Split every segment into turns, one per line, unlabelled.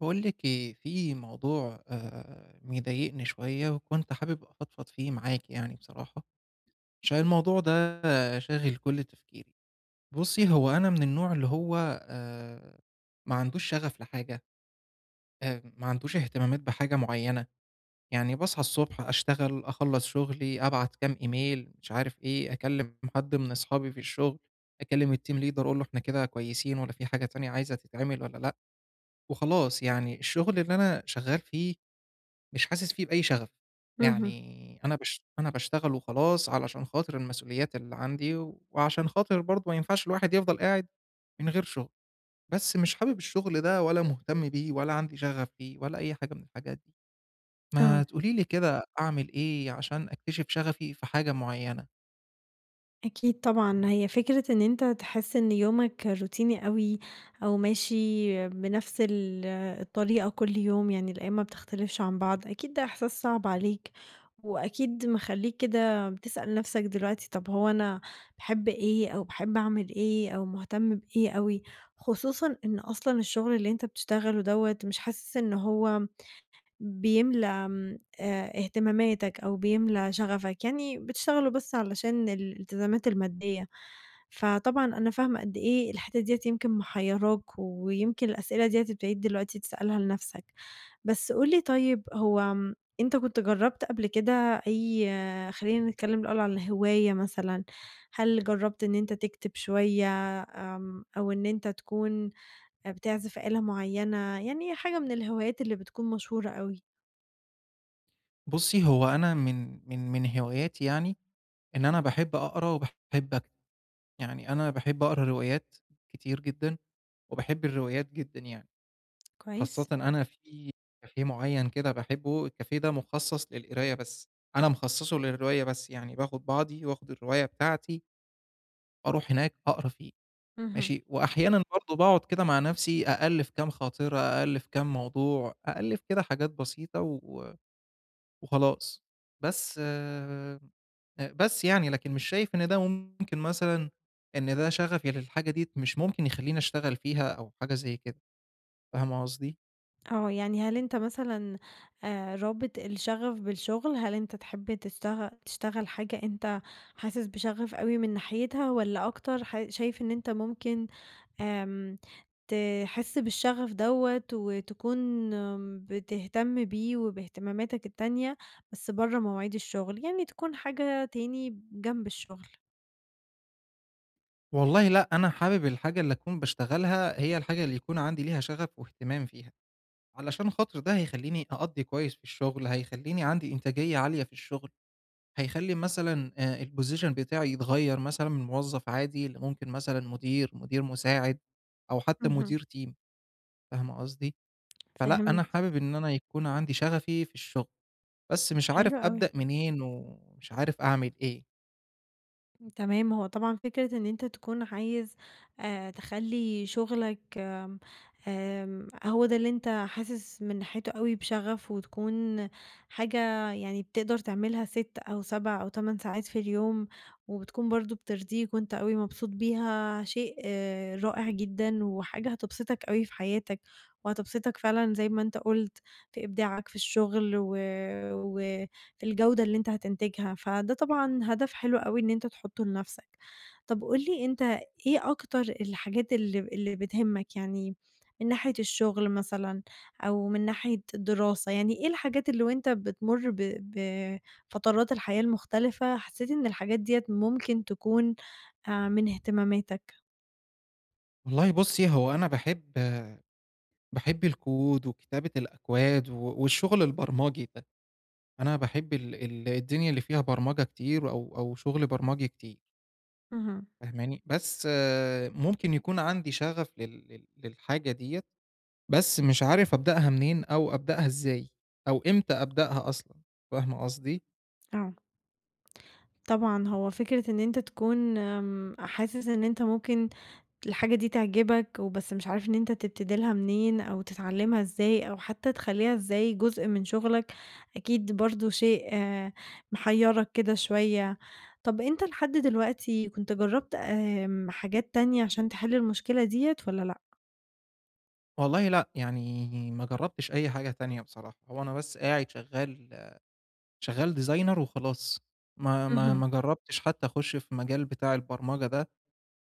باقول لِك إيه، في موضوع مضايقني شوية وكنت حابب أفضفض فيه معاكِ يعني بصراحة، عشان الموضوع ده شاغل كل تفكيري. بُصّي، هو أنا من النوع اللي هو آآ ما عندوش شغف لحاجة، ما عندوش اهتمامات بحاجة معيّنة. يعني باصحى الصبح أشتغل، أخلّص شغلي، أبعت كام إيميل، مش عارف إيه، أكلّم حد من أصحابي في الشغل، أكلّم الteam leader أقول له إحنا كده كويسين والّا في حاجة تانية عايزة تتعمل والّا لأ، وخلاص. يعني الشغل اللي أنا شغّال فيه مش حاسس فيه بأي شغف،
اهم،
يعني أنا باشتغل وخلاص علشان خاطر المسؤوليات اللي عندي، وعشان خاطر برضه ما ينفعش الواحد يفضل قاعد من غير شغل، بس مش حابب الشغل ده ولا مهتم بيه ولا عندي شغف فيه ولا أي حاجة من الحاجات دي،
آه،
ما تقولي لي كده أعمل إيه عشان أكتشف شغفي في حاجة معينة؟
أكيد طبعًا، هي فكرة إن أنت تحس إن يومك روتيني أوي أو ماشي بنفس الطريقة كل يوم، يعني الأيام ما بتختلفش عن بعض، أكيد ده إحساس صعب عليك، وأكيد مخلّيك كده بتسأل نفسك دلوقتي طب هو أنا باحب إيه أو باحب أعمل إيه أو مهتم بإيه أوي، خصوصًا إن أصلًا الشغل اللي أنت بتشتغله دوّة مش حاسس إن هو بيملى آمم، اهتماماتك أو بيملى شغفك، يعني بتشتغلوا بس علشان الالتزامات المادية. فطبعًا أنا فاهمة قد إيه الحتة ديّة يمكن محيّراك، ويمكن الأسئلة ديّة ابتديت دلوقتي تسألها لنفسك. بس قُل لي طيب هو أنت كنت جرّبت قبل كده أي آه، خلّينا نتكلم الأول على الهواية مثلًا، هل جرّبت إن أنت تكتب شوية أو إن أنت تكون بتعزف آلة معيّنة، يعني حاجة من الهوايات اللي بتكون مشهورة أوي؟
بُصّي، هو أنا من هواياتي يعني إن أنا باحب أقرا وباحب أكتب، يعني أنا باحب أقرا روايات كتير جدًا، وباحب الروايات جدًا يعني.
كويس.
خاصةً أنا في كافيه معيّن كده باحبه، الكافيه ده مخصص للقراية بس، أنا مخصصه للرواية بس، يعني باخد بعضي واخد الرواية بتاعتي أروح هناك أقرا فيه
اهم.
ماشي، وأحيانًا برضه باقعد كده مع نفسي أألِّف كام خاطرة، أألِّف كام موضوع، أألِّف كده حاجات بسيطة وخلاص. بس آآ، بس يعني لكن مش شايف إن ده ممكن مثلًا إن ده شغفي للحاجة ديّة مش ممكن يخلّيني أشتغل فيها أو حاجة زي كده، فاهمة قصدي؟
آه، يعني هل أنت مثلًا رابط الشغف بالشغل؟ هل أنت تحب تشتغل حاجة أنت حاسس بشغف أوي من ناحيتها والّا أكتر شايف إن أنت ممكن آمم تحس بالشغف دوّة وتكون بتهتم بيه وباهتماماتك التانية بس برّه مواعيد الشغل، يعني تكون حاجة تاني جنب الشغل؟
والله لأ، أنا حابب الحاجة اللي أكون باشتغلها هي الحاجة اللي يكون عندي ليها شغف واهتمام فيها، علشان خاطر ده هيخلّيني أأدّي كويس في الشغل، هيخلّيني عندي إنتاجية عالية في الشغل، هيخلّي مثلًا الposition بتاعي يتغيّر مثلًا من موظف عادي لممكن مثلًا مدير، مدير مساعد، أو حتى
اهم،
مدير team. فاهمة قصدي؟ فلأ،
فهمت،
أنا حابب إن أنا يكون عندي شغفي في الشغل، بس مش عارف
حلو أوي.
أبدأ منين ومش عارف أعمل إيه.
تمام، هو طبعا فكرة ان انت تكون عايز تخلي شغلك آم، آم، هو ده اللي انت حاسس من ناحيته قوي بشغف وتكون حاجة يعني بتقدر تعملها ست او سبع او تمن ساعات في اليوم، وبتكون برضو بترضيك وانت قوي مبسوط بيها، شيء رائع جدا وحاجة هتبسطك قوي في حياتك وهتبسطك فعلا زي ما انت قلت في ابداعك في الشغل و الجودة اللي أنت هتنتجها، فده طبعًا هدف حلو أوي إن أنت تحطّه لنفْسك. طَب قُل لي أنت إيه أكتر الحاجات اللي بتهمك، يعني من ناحية الشغل مثلًا أو من ناحية الدراسة، يعني إيه الحاجات اللي وأنت بتمُر ب بفترات الحياة المختلفة حسّيت إن الحاجات ديّة ممكن تكون من اهتماماتك؟
والله بُصّي، هو أنا باحب الكود وكتابة الأكواد والشغل البرمجي ده، أنا باحب ال الدنيا اللي فيها برمجة كتير أو شغل برمجي كتير،
اهم،
فاهماني؟ بس آه، ممكن يكون عندي شغف لل للحاجة ديّة، بس مش عارف أبدأها منين أو أبدأها إزاي أو إمتى أبدأها أصلًا، فاهمة قصدي؟
آه. طبعًا، هو فكرة إن أنت تكون حاسس إن أنت ممكن الحاجة دي تعجبك وبس مش عارف إن أنت تبتدي لها منين أو تتعلمها إزاي أو حتى تخلّيها إزاي جزء من شغلك، أكيد برضه شيء محيّرك كده شوية. طَب أنت لحد دلوقتي كنت جرّبت حاجات تانية عشان تحل المشكلة ديّة والّا لأ؟
والله لأ، يعني ما جرّبتش أي حاجة تانية بصراحة، هو أنا بس قاعد شغّال designer وخلاص، ما ما
اهم.
ما جرّبتش حتى أخُش في مجال بتاع البرمجة ده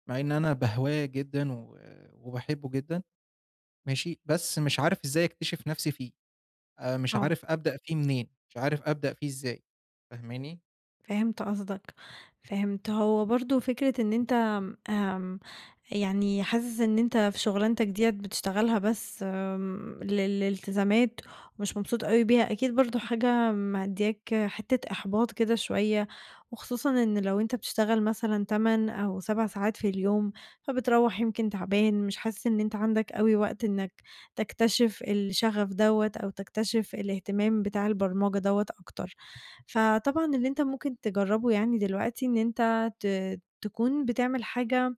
مع إن أنا باهواه جدًا وباحبه جدًا ماشي، بس مش عارف إزاي أكتشف نفسي فيه، مش
آه.
عارف أبدأ فيه منين، مش عارف أبدأ فيه إزاي، فاهماني؟
فهمت قصدك، فهمت. هو برضه فكرة إن أنت آمم، يعني حاسس إن أنت في شغلانتك ديّة بتشتغلها بس آمم، لل لالتزامات ومش مبسوط أوي بيها، أكيد برضه حاجة مأدياك حتة إحباط كده شوية، وخصوصًا إن لو أنت بتشتغل مثلًا 8 أو 7 ساعات في اليوم، فبتروّح يمكن تعبان، مش حاسس إن أنت عندك أوي وقت إنك تكتشف الشغف دوّة أو تكتشف الاهتمام بتاع البرمجة دوّة أكتر. فطبعًا اللي أنت ممكن تجرّبه يعني دلوقتي إن أنت تكون بتعمل حاجة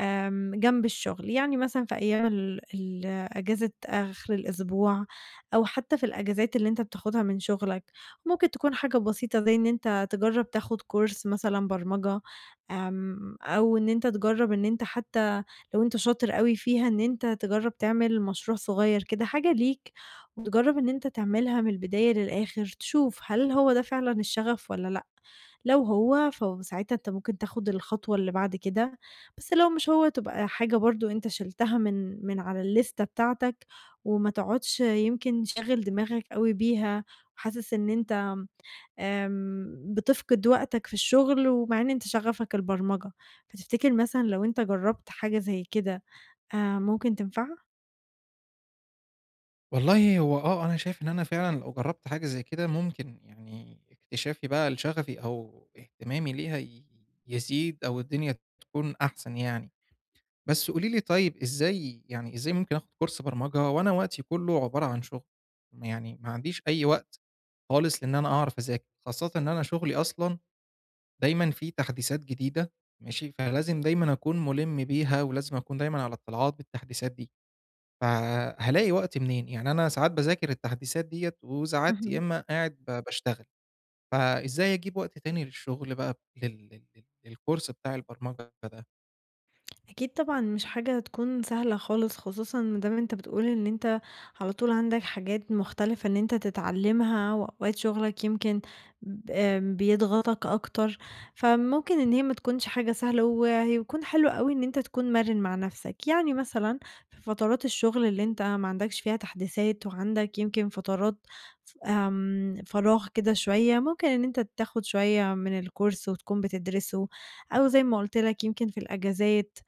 جنب الشغل، يعني مثلًا في أيام ال أجازة آخر الأسبوع أو حتى في الأجازات اللي أنت بتاخدها من شغلك، ممكن تكون حاجة بسيطة زي إن أنت تجرّب تاخد course مثلًا برمجة، أو إن أنت تجرّب إن أنت حتى لو أنت شاطر أوي فيها إن أنت تجرّب تعمل مشروع صغير كده، حاجة ليك وتجرّب إن أنت تعملها من البداية للآخر، تشوف هل هو ده فعلًا الشغف والّا لأ، لو هو فساعتها أنت ممكن تاخد الخطوة اللي بعد كده، بس لو مش هو تبقى حاجة برضه أنت شِلتها من على الليستة بتاعتك، وما تقعدش يمكن شاغل دماغك أوي بيها، وحاسس إن أنت بتفقد وقتك في الشغل ومع إن أنت شغفك البرمجة، فتفتكر مثلًا لو أنت جرّبت حاجة زي كده ممكن تنفع؟
والله هو آه، أنا شايف إن أنا فعلًا لو جرّبت حاجة زي كده ممكن يعني اكتشافي بقى لشغفي أو اهتمامي ليها يزيد أو الدنيا تكون أحسن يعني. بس قولي لي طيب إزاي يعني إزاي ممكن آخد كورس برمجة وأنا وقتي كله عبارة عن شغل؟ يعني ما عنديش أي وقت خالص لإن أنا أعرف أذاكر، خاصةً إن أنا شغلي أصلًا دايمًا فيه تحديثات جديدة ماشي، فلازم دايمًا أكون مُلِم بيها ولازم أكون دايمًا على اطلاعات بالتحديثات دي، فهالاقي وقت منين؟ يعني أنا ساعات باذاكر التحديثات ديّة وساعات يا
اهم.
إما قاعد باشتغل، فإزاي أجيب وقت تاني للشغل بقى لل للكورس بتاع البرمجة ده؟
أكيد طبعًا مش حاجة هتكون سهلة خالص، خصوصًا ما دام أنت بتقول إن أنت على طول عندك حاجات مختلفة إن أنت تتعلمها، وأوقات شغلك يمكن ب آم بيضغطك أكتر، فممكن إن هي ما تكونش حاجة سهلة، وهيكون حلو أوي إن أنت تكون مرِن مع نفسك، يعني مثلًا في فترات الشغل اللي أنت ما عندكش فيها تحديثات، وعندك يمكن فترات ف آمم، فراغ كده شوية، ممكن إن أنت تاخد شوية من الcourse وتكون بتدرسه، أو زي ما قُلت لك يمكن في الأجازات.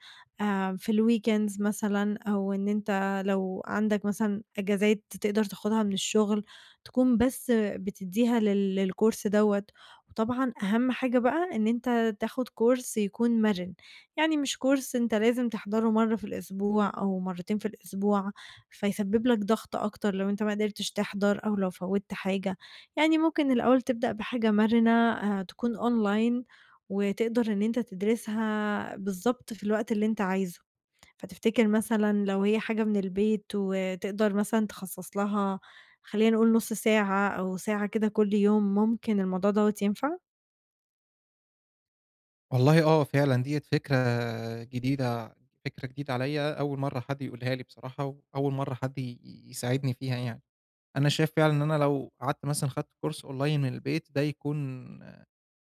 في الweekends مثلًا أو إن أنت لو عندك مثلًا إجازات تقدر تاخدها من الشغل، تكون بس بتدّيها للcourse دوّة، وطبعًا أهم حاجة بقى إن أنت تاخد course يكون مَرِن، يعني مش course أنت لازم تحضره مرّة في الأسبوع أو مرّتين في الأسبوع، فيسبب لك ضغط أكتر لو أنت ما قدرتش تحضر أو لو فوّتّ حاجة، يعني ممكن الأول تبدأ بحاجة مَرِنة تكون online وتقدر إن أنت تدرسها بالضبط في الوقت اللي أنت عايزه، فتفتكر مثلًا لو هي حاجة من البيت وتقدر مثلًا تخصص لها، خلّينا نقول نُص ساعة أو ساعة كده كل يوم، ممكن الموضوع دوّة ينفع؟
والله آه، فعلًا ديّة جديدة فكرة جديدة عليّا، أول مرّة حد يقولها لي بصراحة، وأول مرّة حد ي يساعدني فيها يعني. أنا شايف فعلًا إن أنا لو قعدت مثلًا خدت كورس أونلاين من البيت ده يكون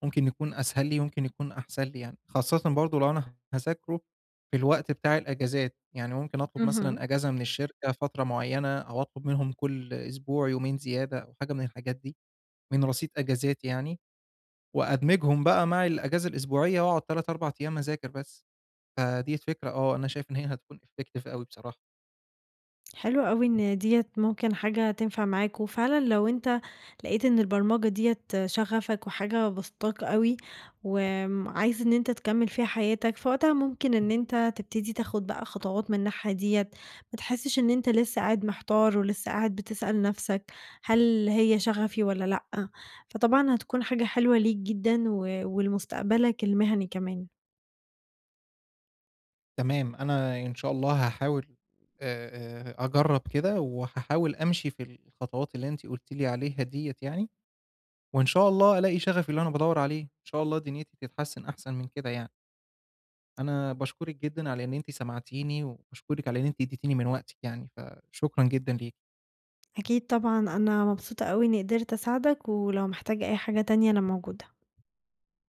ممكن يكون أسهل لي، ممكن يكون أحسن لي يعني، خاصةً برضه لو أنا هاذاكره في الوقت بتاع الأجازات، يعني ممكن أطلب
اهم.
مثلًا أجازة من الشركة فترة معيّنة، أو أطلب منهم كل أسبوع يومين زيادة أو حاجة من الحاجات دي، من رصيد أجازاتي يعني. وأدمجهم بقى مع الأجازة الأسبوعية وأقعد 3، 4 أيام أذاكر بس، فديّة فكرة آه، أنا شايف إن هي هتكون effective أوي بصراحة.
حلو أوي إن ديّة ممكن حاجة تنفع معاك، وفعلًا لو أنت لقيت إن البرمجة ديّة شغفك وحاجة باسطاك أوي، وعايز إن أنت تكمّل فيها حياتك، فوقتها ممكن إن أنت تبتدي تاخد بقى خطوات من الناحية ديّة، ما تحسّش إن أنت لسه قاعد محتار ولسه قاعد بتسأل نَفْسك هل هي شغفي والّا لأ، فطبعًا هتكون حاجة حلوة ليك جدًا ولمستقبلك المهني كمان.
تمام، أنا إن شاء الله هاحاول أجرّب كده وهاحاول أمشي في الخطوات اللي أنتِ قلتِ لي عليها ديّة يعني، وإن شاء الله ألاقي شغفي اللي أنا بادوّر عليه، إن شاء الله دنيتي تتحسن أحسن من كده يعني. أنا باشكرِك جدًا على إن أنتِ سمعتيني، وباشكرِك على إن أنتِ اديتيني من وقتِك يعني، فشكرًا جدًا ليكِ.
أكيد طبعًا أنا مبسوطة أوي إنّي قدرت أساعدك، ولو محتاج أي حاجة تانية أنا موجودة.